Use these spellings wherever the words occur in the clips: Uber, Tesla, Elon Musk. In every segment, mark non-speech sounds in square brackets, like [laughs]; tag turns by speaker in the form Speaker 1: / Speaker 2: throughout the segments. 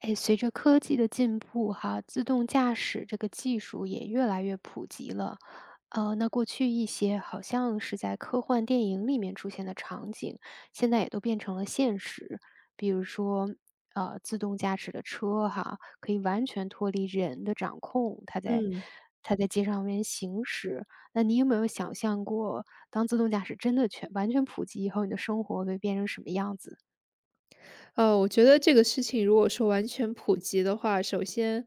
Speaker 1: 哎，随着科技的进步，哈，自动驾驶这个技术也越来越普及了。那过去一些好像是在科幻电影里面出现的场景，现在也都变成了现实。比如说，自动驾驶的车哈，可以完全脱离人的掌控，它在
Speaker 2: 嗯，
Speaker 1: 它在街上面行驶。那你有没有想象过，当自动驾驶真的完全普及以后，你的生活会变成什么样子？
Speaker 2: 我觉得这个事情如果说完全普及的话，首先，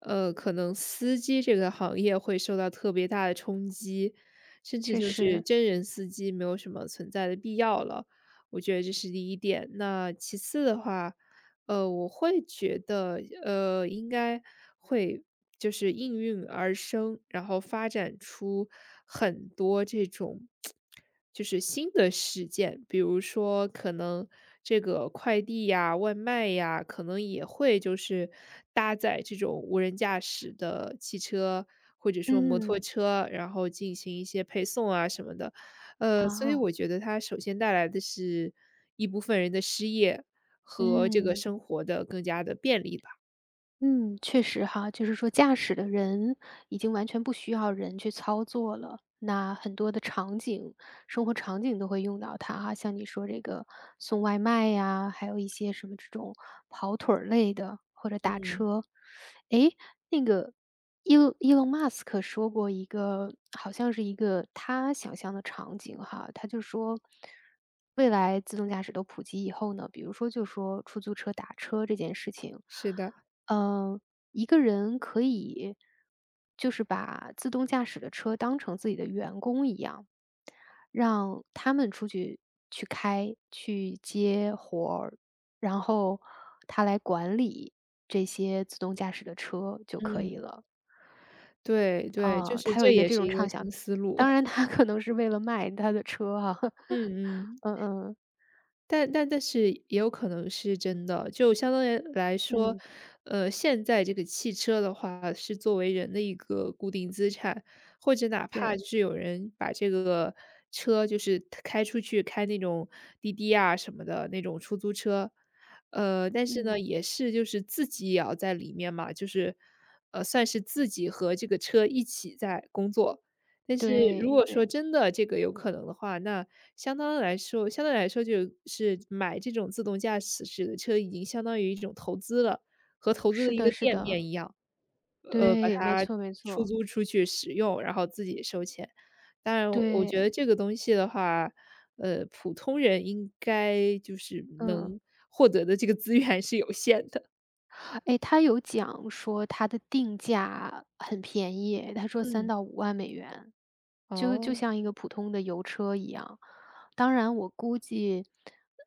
Speaker 2: 可能司机这个行业会受到特别大的冲击，甚至
Speaker 1: 确
Speaker 2: 就是
Speaker 1: 实，
Speaker 2: 真人司机没有什么存在的必要了，我觉得这是第一点。那其次的话，我会觉得，应该会就是应运而生，然后发展出很多这种就是新的事件，比如说可能这个快递呀、外卖呀，可能也会就是搭载这种无人驾驶的汽车或者说摩托
Speaker 1: 嗯，
Speaker 2: 车，然后进行一些配送啊什么的。所以
Speaker 1: 啊。
Speaker 2: 我觉得它首先带来的是一部分人的失业和这个
Speaker 1: 嗯，
Speaker 2: 生活的更加的便利吧。
Speaker 1: 嗯，确实哈，就是说驾驶的人已经完全不需要人去操作了。那很多的场景，生活场景都会用到它哈，像你说这个送外卖呀，还有一些什么这种跑腿儿类的，或者打
Speaker 2: 嗯，
Speaker 1: 车。诶，那个伊隆马斯克说过一个，好像是一个他想象的场景哈，他就说，未来自动驾驶都普及以后呢，比如说就说出租车打车这件事情。
Speaker 2: 是的。
Speaker 1: 嗯，一个人可以就是把自动驾驶的车当成自己的员工一样，让他们出去去开、去接活儿，然后他来管理这些自动驾驶的车就可以了。
Speaker 2: 对对，就
Speaker 1: 啊，
Speaker 2: 是
Speaker 1: 他有
Speaker 2: 这
Speaker 1: 一个
Speaker 2: 也
Speaker 1: 这
Speaker 2: 是
Speaker 1: 种
Speaker 2: 一个
Speaker 1: 畅想，
Speaker 2: 新思路。
Speaker 1: 当然
Speaker 2: [laughs]
Speaker 1: 他可能是为了卖他的车哈、[laughs]
Speaker 2: 嗯嗯。
Speaker 1: 嗯嗯
Speaker 2: 但是也有可能是真的，就相当于来说，
Speaker 1: 嗯，
Speaker 2: 现在这个汽车的话是作为人的一个固定资产，或者哪怕
Speaker 1: 对，
Speaker 2: 就是有人把这个车就是开出去，开那种滴滴啊什么的那种出租车，但是
Speaker 1: 嗯，
Speaker 2: 呢，也是就是自己也要在里面嘛，就是算是自己和这个车一起在工作。但是如
Speaker 1: 对
Speaker 2: 果
Speaker 1: 对，
Speaker 2: 说真的这个有可能的话，那相当来说相对来说就是买这种自动驾驶驶的车已经相当于一种投资了，和投资的
Speaker 1: 是
Speaker 2: 一个
Speaker 1: 的，是
Speaker 2: 店
Speaker 1: 的，
Speaker 2: 面一样，把
Speaker 1: 对，没
Speaker 2: 它
Speaker 1: 错没
Speaker 2: 出
Speaker 1: 错，
Speaker 2: 租出去使用，然后自己收钱。当然我觉得
Speaker 1: 对。
Speaker 2: 这个东西的话，普通人应该就是
Speaker 1: 嗯，
Speaker 2: 能获得的这个资源是有限的。
Speaker 1: 哎，他有讲说他的定价很便宜，他说三
Speaker 2: 嗯，
Speaker 1: 到五万，美元，就就
Speaker 2: 哦，
Speaker 1: 像一个普通的油车一样。当然我估计，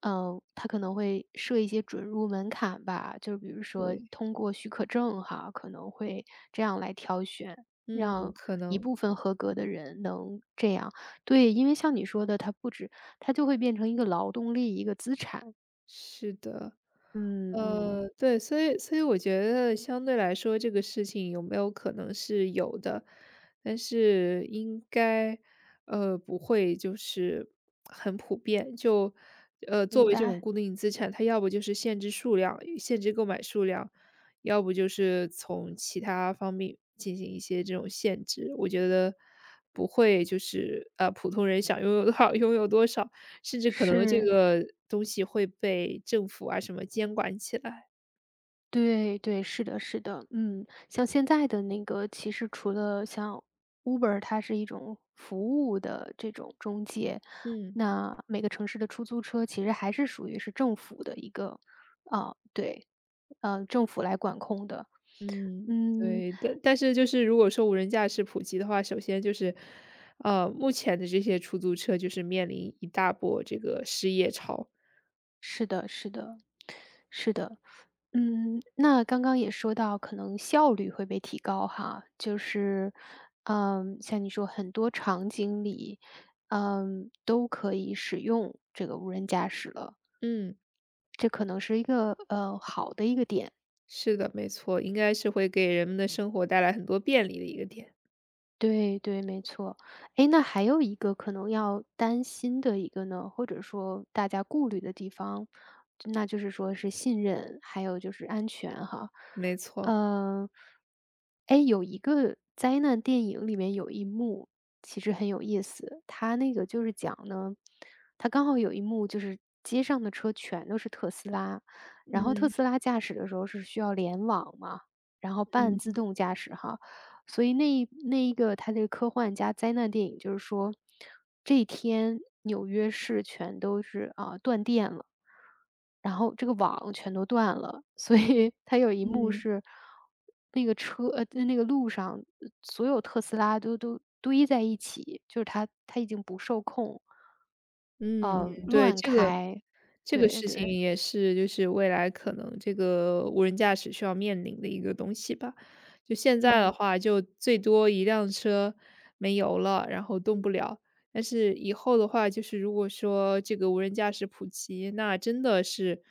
Speaker 1: 嗯，他可能会设一些准入门槛吧，就比如说
Speaker 2: 对，
Speaker 1: 通过许可证哈，可能会这样来挑选，
Speaker 2: 嗯，
Speaker 1: 让
Speaker 2: 可
Speaker 1: 一
Speaker 2: 能，
Speaker 1: 部分合格的人能这样。对，因为像你说的，它不止它就会变成一个劳动力，一个资产。
Speaker 2: 是的。
Speaker 1: 嗯嗯，
Speaker 2: 对，所以我觉得相对来说，这个事情有没有可能是有的，但是应该，不会就是很普遍。就，作
Speaker 1: 明
Speaker 2: 为这种
Speaker 1: 白，
Speaker 2: 固定资产，它要不就是限制数量，限制购买数量，要不就是从其他方面进行一些这种限制。我觉得不会就是，普通人想拥有多少拥有多少。甚至可能这
Speaker 1: 是。
Speaker 2: 个东西会被政府啊什么监管起来。
Speaker 1: 对对，是的是的，嗯，像现在的那个，其实除了像 Uber，它是一种服务的这种中介，
Speaker 2: 嗯
Speaker 1: 那每个城市的出租车其实还是属于是政府的一个，啊，对，政府来管控的，
Speaker 2: 嗯，
Speaker 1: 嗯，
Speaker 2: 对，但是就是如果说无人驾驶普及的话，首先就是，目前的这些出租车就是面临一大波这个失业潮。
Speaker 1: 是的是的，是的。嗯，那刚刚也说到可能效率会被提高哈，就是，嗯，像你说很多场景里，嗯，都可以使用这个无人驾驶了，
Speaker 2: 嗯，
Speaker 1: 这可能是一个好的一个点。
Speaker 2: 是的，没错，应该是会给人们的生活带来很多便利的一个点，
Speaker 1: 对对，没错。诶，那还有一个可能要担心的一个呢，或者说大家顾虑的地方，那就是说是信任，还有就是安全哈。
Speaker 2: 没错。
Speaker 1: 嗯，诶，有一个灾难电影里面有一幕其实很有意思，它那个就是讲呢，它刚好有一幕就是街上的车全都是特斯拉，然后特斯拉驾驶的时候是需要联网嘛，然后半自
Speaker 2: 嗯
Speaker 1: 动驾驶哈。所以那一个这的科幻加灾难电影，就是说这一天纽约市全都是啊断电了，然后这个网全都断了，所以他有一幕是那个车呃那个路上，所有特斯拉都堆在一起，就是它已经不受控，
Speaker 2: 嗯嗯，对，
Speaker 1: 乱
Speaker 2: 这个
Speaker 1: 开，
Speaker 2: 这个
Speaker 1: 对
Speaker 2: 事情
Speaker 1: 对，
Speaker 2: 也是就是未来可能这个无人驾驶需要面临的一个东西吧。就现在的
Speaker 1: 嗯，
Speaker 2: 话，就最多一辆车没油了，然后动不了。但是以后的话，就是如果说这个无人驾驶普及，那真的是，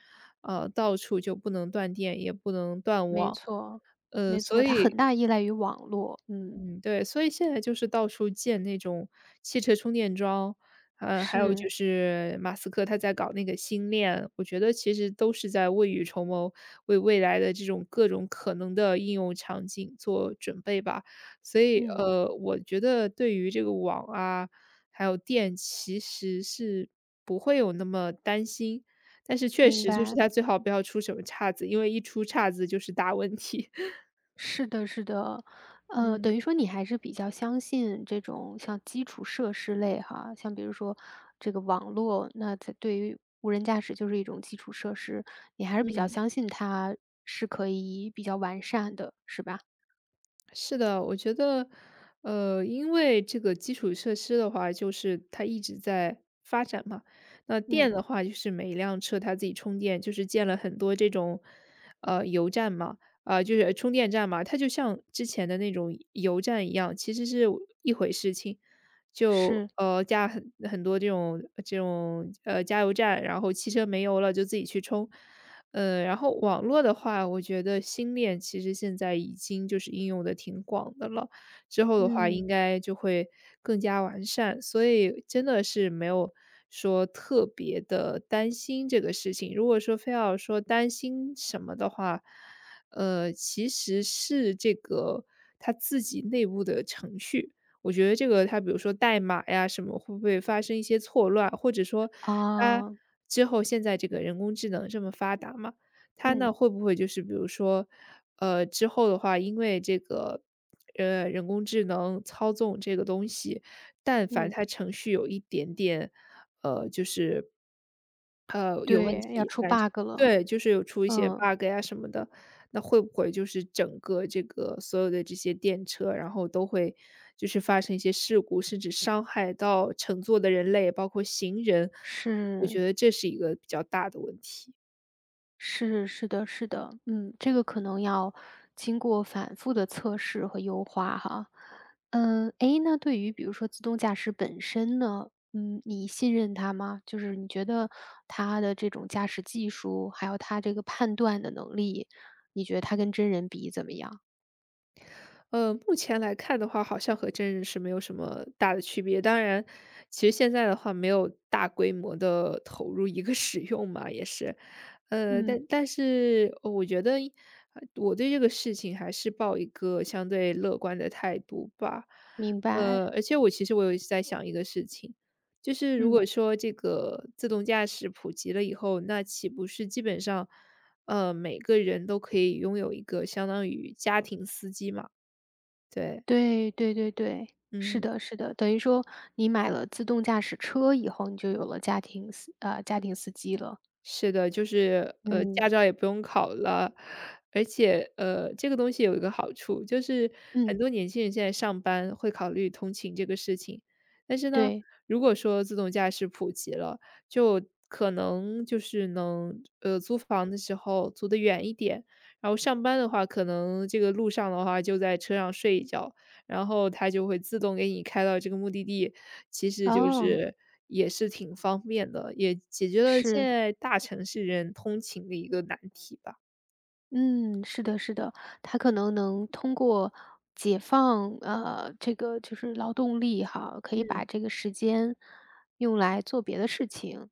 Speaker 2: 到处就不能断电，也不能断
Speaker 1: 没
Speaker 2: 网。
Speaker 1: 错
Speaker 2: 呃，
Speaker 1: 没
Speaker 2: 所
Speaker 1: 错，它
Speaker 2: 以
Speaker 1: 很大依赖于网络，嗯，
Speaker 2: 嗯，对，所以现在就是到处建那种汽车充电桩，还有
Speaker 1: 是，
Speaker 2: 就是马斯克他在搞那个星链，我觉得其实都是在未雨绸缪，为未来的这种各种可能的应用场景做准备吧。所以，
Speaker 1: 嗯，
Speaker 2: 我觉得对于这个网啊，还有电，其实是不会有那么担心，但是确
Speaker 1: 明
Speaker 2: 实就是
Speaker 1: 白。
Speaker 2: 它最好不要出什么岔子，因为一出岔子就是大问题。[laughs]
Speaker 1: 是的，是的，
Speaker 2: 嗯
Speaker 1: 等于说你还是比较相信这种像基础设施类哈，像比如说这个网络，那它对于无人驾驶就是一种基础设施，你还是比较
Speaker 2: 嗯。
Speaker 1: 相信它是可以比较完善的，是吧？
Speaker 2: 是的，我觉得，因为这个基础设施的话，就是它一直在发展嘛。那电
Speaker 1: 嗯，
Speaker 2: 的话，就是每一辆车它自己充电，就是建了很多这种，油站嘛，啊、就是充电站嘛，它就像之前的那种油站一样，其实是一回事情。就
Speaker 1: 是，
Speaker 2: 加很多这种这种加油站，然后汽车没油了就自己去充，然后网络的话，我觉得新恋其实现在已经就是应用的挺广的了，之后的话应
Speaker 1: 嗯，
Speaker 2: 该就会更加完善，所以真的是没有说特别的担心这个事情。如果说非要说担心什么的话，其实是这个他自己内部的程序。我觉得这个它比如说代码呀什么，会不会发生一些错乱？或者说它
Speaker 1: 啊，
Speaker 2: 之后现在这个人工智能这么发达嘛，它
Speaker 1: 嗯
Speaker 2: 呢会不会就是比如说，之后的话，因为这个人工智能操纵这个东西，但凡
Speaker 1: 嗯，
Speaker 2: 它程序有一点点，呃，就是有问
Speaker 1: 对，要
Speaker 2: 题，
Speaker 1: 出
Speaker 2: 反正
Speaker 1: bug 了，
Speaker 2: 对，就是有出一些
Speaker 1: 嗯，
Speaker 2: bug 呀什么的，那会不会就是整个这个所有的这些电车，然后都会就是发生一些事故，甚至伤害到乘坐的人类，包括行人，我
Speaker 1: 是。
Speaker 2: 觉得这是一个比较大的问题。
Speaker 1: 是是的是的，嗯，这个可能要经过反复的测试和优化哈。嗯，诶，那对于比如说自动驾驶本身呢，嗯，你信任它吗？就是你觉得它的这种驾驶技术，还有它这个判断的能力，你觉得它跟真人比怎么样？
Speaker 2: 目前来看的话，好像和真人是没有什么大的区别。当然，其实现在的话没有大规模的投入一个 [laughs] 使用嘛，也是。呃，
Speaker 1: 嗯，
Speaker 2: 但但是呃我觉得我对这个事情还是抱一个相对乐观的态度吧。
Speaker 1: 明白，
Speaker 2: 而且我其实我有在想一个事情，就是如
Speaker 1: 嗯，
Speaker 2: 果说这个自动驾驶普及了以后，那岂不是基本上，每个人都可以拥有一个相当于家庭司机嘛？对，
Speaker 1: 对对对对，是
Speaker 2: 嗯，
Speaker 1: 的是的，等于说你买了自动驾驶车以后，你就有了家庭司机了。
Speaker 2: 是的，就是
Speaker 1: 嗯，
Speaker 2: 驾照也不用考了，而且这个东西有一个好处，就是很
Speaker 1: 嗯。
Speaker 2: 多年轻人现在上班会考虑通勤这个事情，但是呢，
Speaker 1: 对，
Speaker 2: 如果说自动驾驶普及了，就可能就是能租房的时候租得远一点，然后上班的话，可能这个路上的话就在车上睡一觉，然后它就会自动给你开到这个目的地，其实就
Speaker 1: 哦，
Speaker 2: 是也是挺方便的，也解决了现
Speaker 1: 是，
Speaker 2: 在大城市人通勤的一个难题吧。
Speaker 1: 嗯，是的，是的，他可能能通过解放，这个就是劳动力哈，可以
Speaker 2: 嗯。
Speaker 1: 把这个时间用来做别的事情。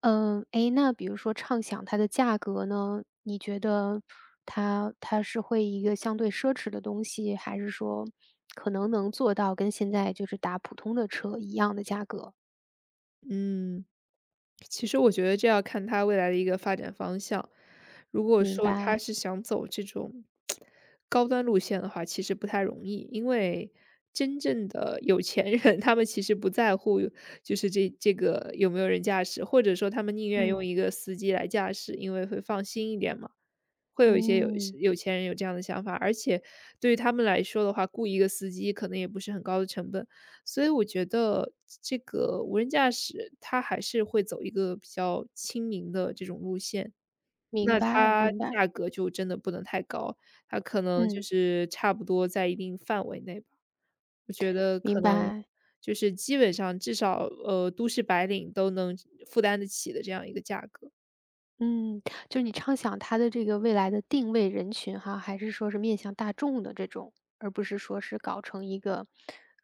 Speaker 1: 嗯，诶，那比如说畅想它的价格呢，你觉得它是会一个相对奢侈的东西，还是说可能能做到跟现在就是打普通的车一样的价格？
Speaker 2: 嗯，其实我觉得这要看它未来的一个发展方向。如果
Speaker 1: 明
Speaker 2: 说他
Speaker 1: 白，
Speaker 2: 是想走这种高端路线的话，其实不太容易，因为真正的有钱人，他们其实不在乎就是这个有没有人驾驶，或者说他们宁愿
Speaker 1: 嗯，
Speaker 2: 用一个司机来驾驶，因为会放心一点嘛。会有一些
Speaker 1: 嗯，
Speaker 2: 有钱人有这样的想法，而且对于他们来说的话，雇一个司机可能也不是很高的成本，所以我觉得这个无人驾驶它还是会走一个比较亲民的这种路线，
Speaker 1: 明
Speaker 2: 那
Speaker 1: 白，
Speaker 2: 它
Speaker 1: 明白，
Speaker 2: 价格就真的不能太高，它可能就
Speaker 1: 嗯。
Speaker 2: 是差不多在一定范围内吧。我觉得可
Speaker 1: 明
Speaker 2: 能
Speaker 1: 白，
Speaker 2: 就是基本上至少，都市白领都能负担得起的这样一个价格。
Speaker 1: 嗯，就是你畅想它的这个未来的定位人群哈，还是说是面向大众的这种，而不是说是搞成一个，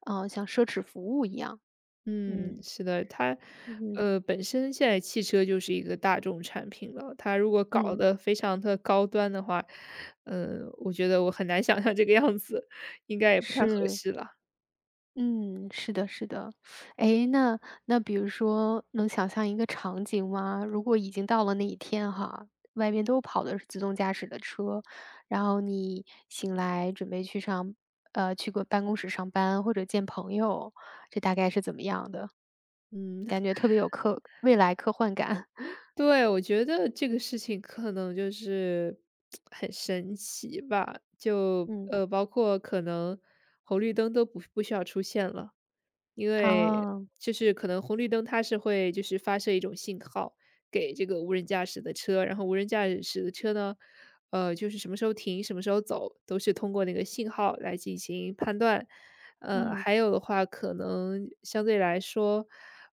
Speaker 1: 嗯，像奢侈服务一样，
Speaker 2: 嗯，
Speaker 1: 嗯
Speaker 2: 是的，它，
Speaker 1: 嗯嗯，
Speaker 2: 本身现在汽车就是一个大众产品了，它如果搞
Speaker 1: 嗯，
Speaker 2: 得非常的高端的话，嗯，我觉得我很难想象这个样子，应该也不太合
Speaker 1: 是。
Speaker 2: 适了。
Speaker 1: 嗯，是的，是的。诶，那比如说能想象一个场景吗？如果已经到了那一天哈，外面都跑的是自动驾驶的车，然后你醒来准备去个办公室上班或者见朋友，这大概是怎么样的？
Speaker 2: 嗯，
Speaker 1: 感觉特别有未来科幻感。[laughs]
Speaker 2: 对，我觉得这个事情可能就是很神奇吧，就，
Speaker 1: 嗯，
Speaker 2: 包括可能红绿灯都不需要出现了。因为
Speaker 1: 哦，
Speaker 2: 就是可能红绿灯它是会就是发射一种信号给这个无人驾驶的车，然后无人驾驶的车呢，就是什么时候停、什么时候走，都是通过那个信号来进行判断。
Speaker 1: 嗯，
Speaker 2: 还有的话，可能相对来说，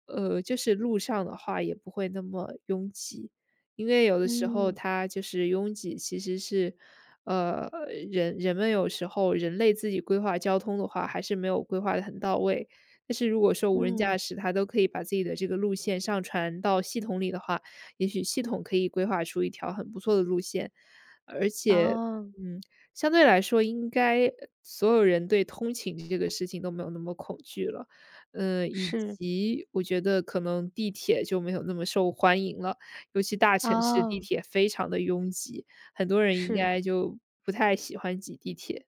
Speaker 2: 就是路上的话也不会那么拥挤，因为有的时候
Speaker 1: 嗯，
Speaker 2: 它就是拥挤，其实是。呃，人们有时候人类自己规划交通的话，还是没有规划的很到位，但是如果说无人
Speaker 1: 嗯，
Speaker 2: 驾驶，它都可以把自己的这个路线上传到系统里的话，也许系统可以规划出一条很不错的路线。而且，
Speaker 1: 哦，
Speaker 2: 嗯，相对来说应该所有人对通勤这个事情都没有那么恐惧了。嗯，以
Speaker 1: 是，
Speaker 2: 及我觉得可能地铁就没有那么受欢迎了，尤其大城市地
Speaker 1: 哦，
Speaker 2: 铁非常的拥挤，很多人应
Speaker 1: 是。
Speaker 2: 该就不太喜欢挤地铁。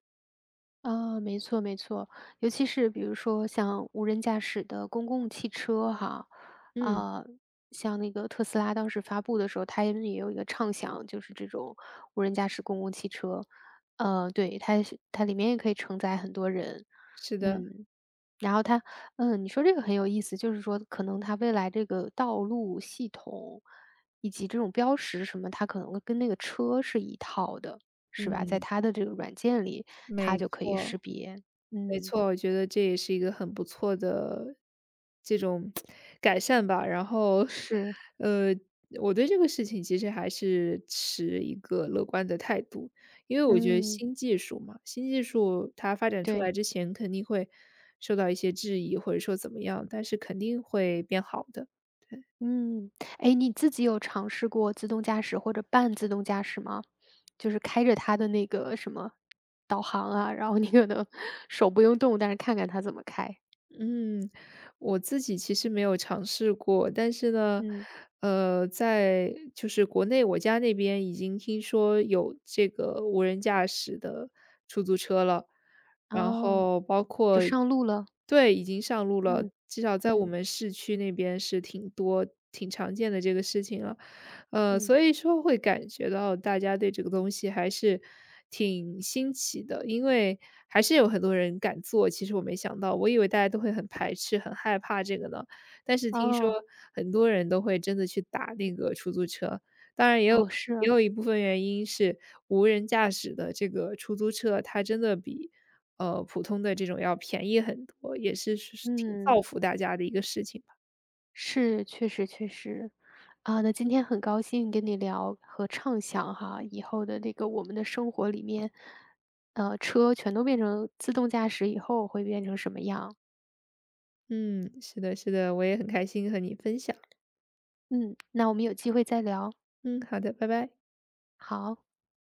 Speaker 1: 啊，没错没错，尤其是比如说像无人驾驶的公共汽车哈，
Speaker 2: 嗯，
Speaker 1: 啊，像那个特斯拉当时发布的时候，它也有一个畅想，就是这种无人驾驶公共汽车，呃，对，它是它里面也可以承载很多人，
Speaker 2: 是的，
Speaker 1: 嗯，然后它，嗯，你说这个很有意思，就是说可能它未来这个道路系统以及这种标识什么，它可能跟那个车是一套的，是吧？在
Speaker 2: 嗯，
Speaker 1: 它的这个软件里。它
Speaker 2: 没
Speaker 1: 就可以识
Speaker 2: 错。
Speaker 1: 别。
Speaker 2: 没
Speaker 1: 嗯。
Speaker 2: 错，我觉得这也是一个很不错的这种改善吧。然后，
Speaker 1: 是，
Speaker 2: 呃，我对这个事情其实还是持一个乐观的态度，因为我觉得
Speaker 1: 嗯，
Speaker 2: 新技术嘛，新技术它发展出来
Speaker 1: 对，
Speaker 2: 之前肯定会受到一些质疑，或者说怎么样，但是肯定会变好的。对。
Speaker 1: 嗯。诶，你自己有尝试过自动驾驶或者半自动驾驶吗？就是开着它的那个什么导航啊，然后你可能手不用动，但是看看它怎么开。
Speaker 2: 嗯，我自己其实没有尝试过，但是呢，
Speaker 1: 嗯，
Speaker 2: 在就是国内我家那边已经听说有这个无人驾驶的出租车了，然
Speaker 1: 哦，
Speaker 2: 后包
Speaker 1: 就
Speaker 2: 括
Speaker 1: 上路了。
Speaker 2: 对，已经上路了，
Speaker 1: 嗯，
Speaker 2: 至少在我
Speaker 1: 嗯，
Speaker 2: 们市区那边是挺多、挺常见的这个事情了。
Speaker 1: 嗯。
Speaker 2: 所以说会感觉到大家对这个东西还是挺新奇的，因为还是有很多人敢做，其实我没想到，我以为大家都会很排斥、很害怕这个呢，但是听说
Speaker 1: 哦，
Speaker 2: 很多人都会真的去打那个出租车，当然也有
Speaker 1: 哦，是
Speaker 2: 也
Speaker 1: 啊，
Speaker 2: 有一部分原因是无人驾驶的这个出租车，它真的比普通的这种要便宜很多，也是挺
Speaker 1: 嗯。
Speaker 2: 造福大家的一个事情吧。
Speaker 1: 是，确实确实。啊，那今天很高兴跟你聊和畅想哈，以后的这个我们的生活里面，车全都变成自动驾驶以后会变成什么样。
Speaker 2: 嗯，是的，是的，我也很开心和你分享。
Speaker 1: 嗯，那我们有机会再聊，
Speaker 2: 嗯，好的，拜拜。
Speaker 1: 好。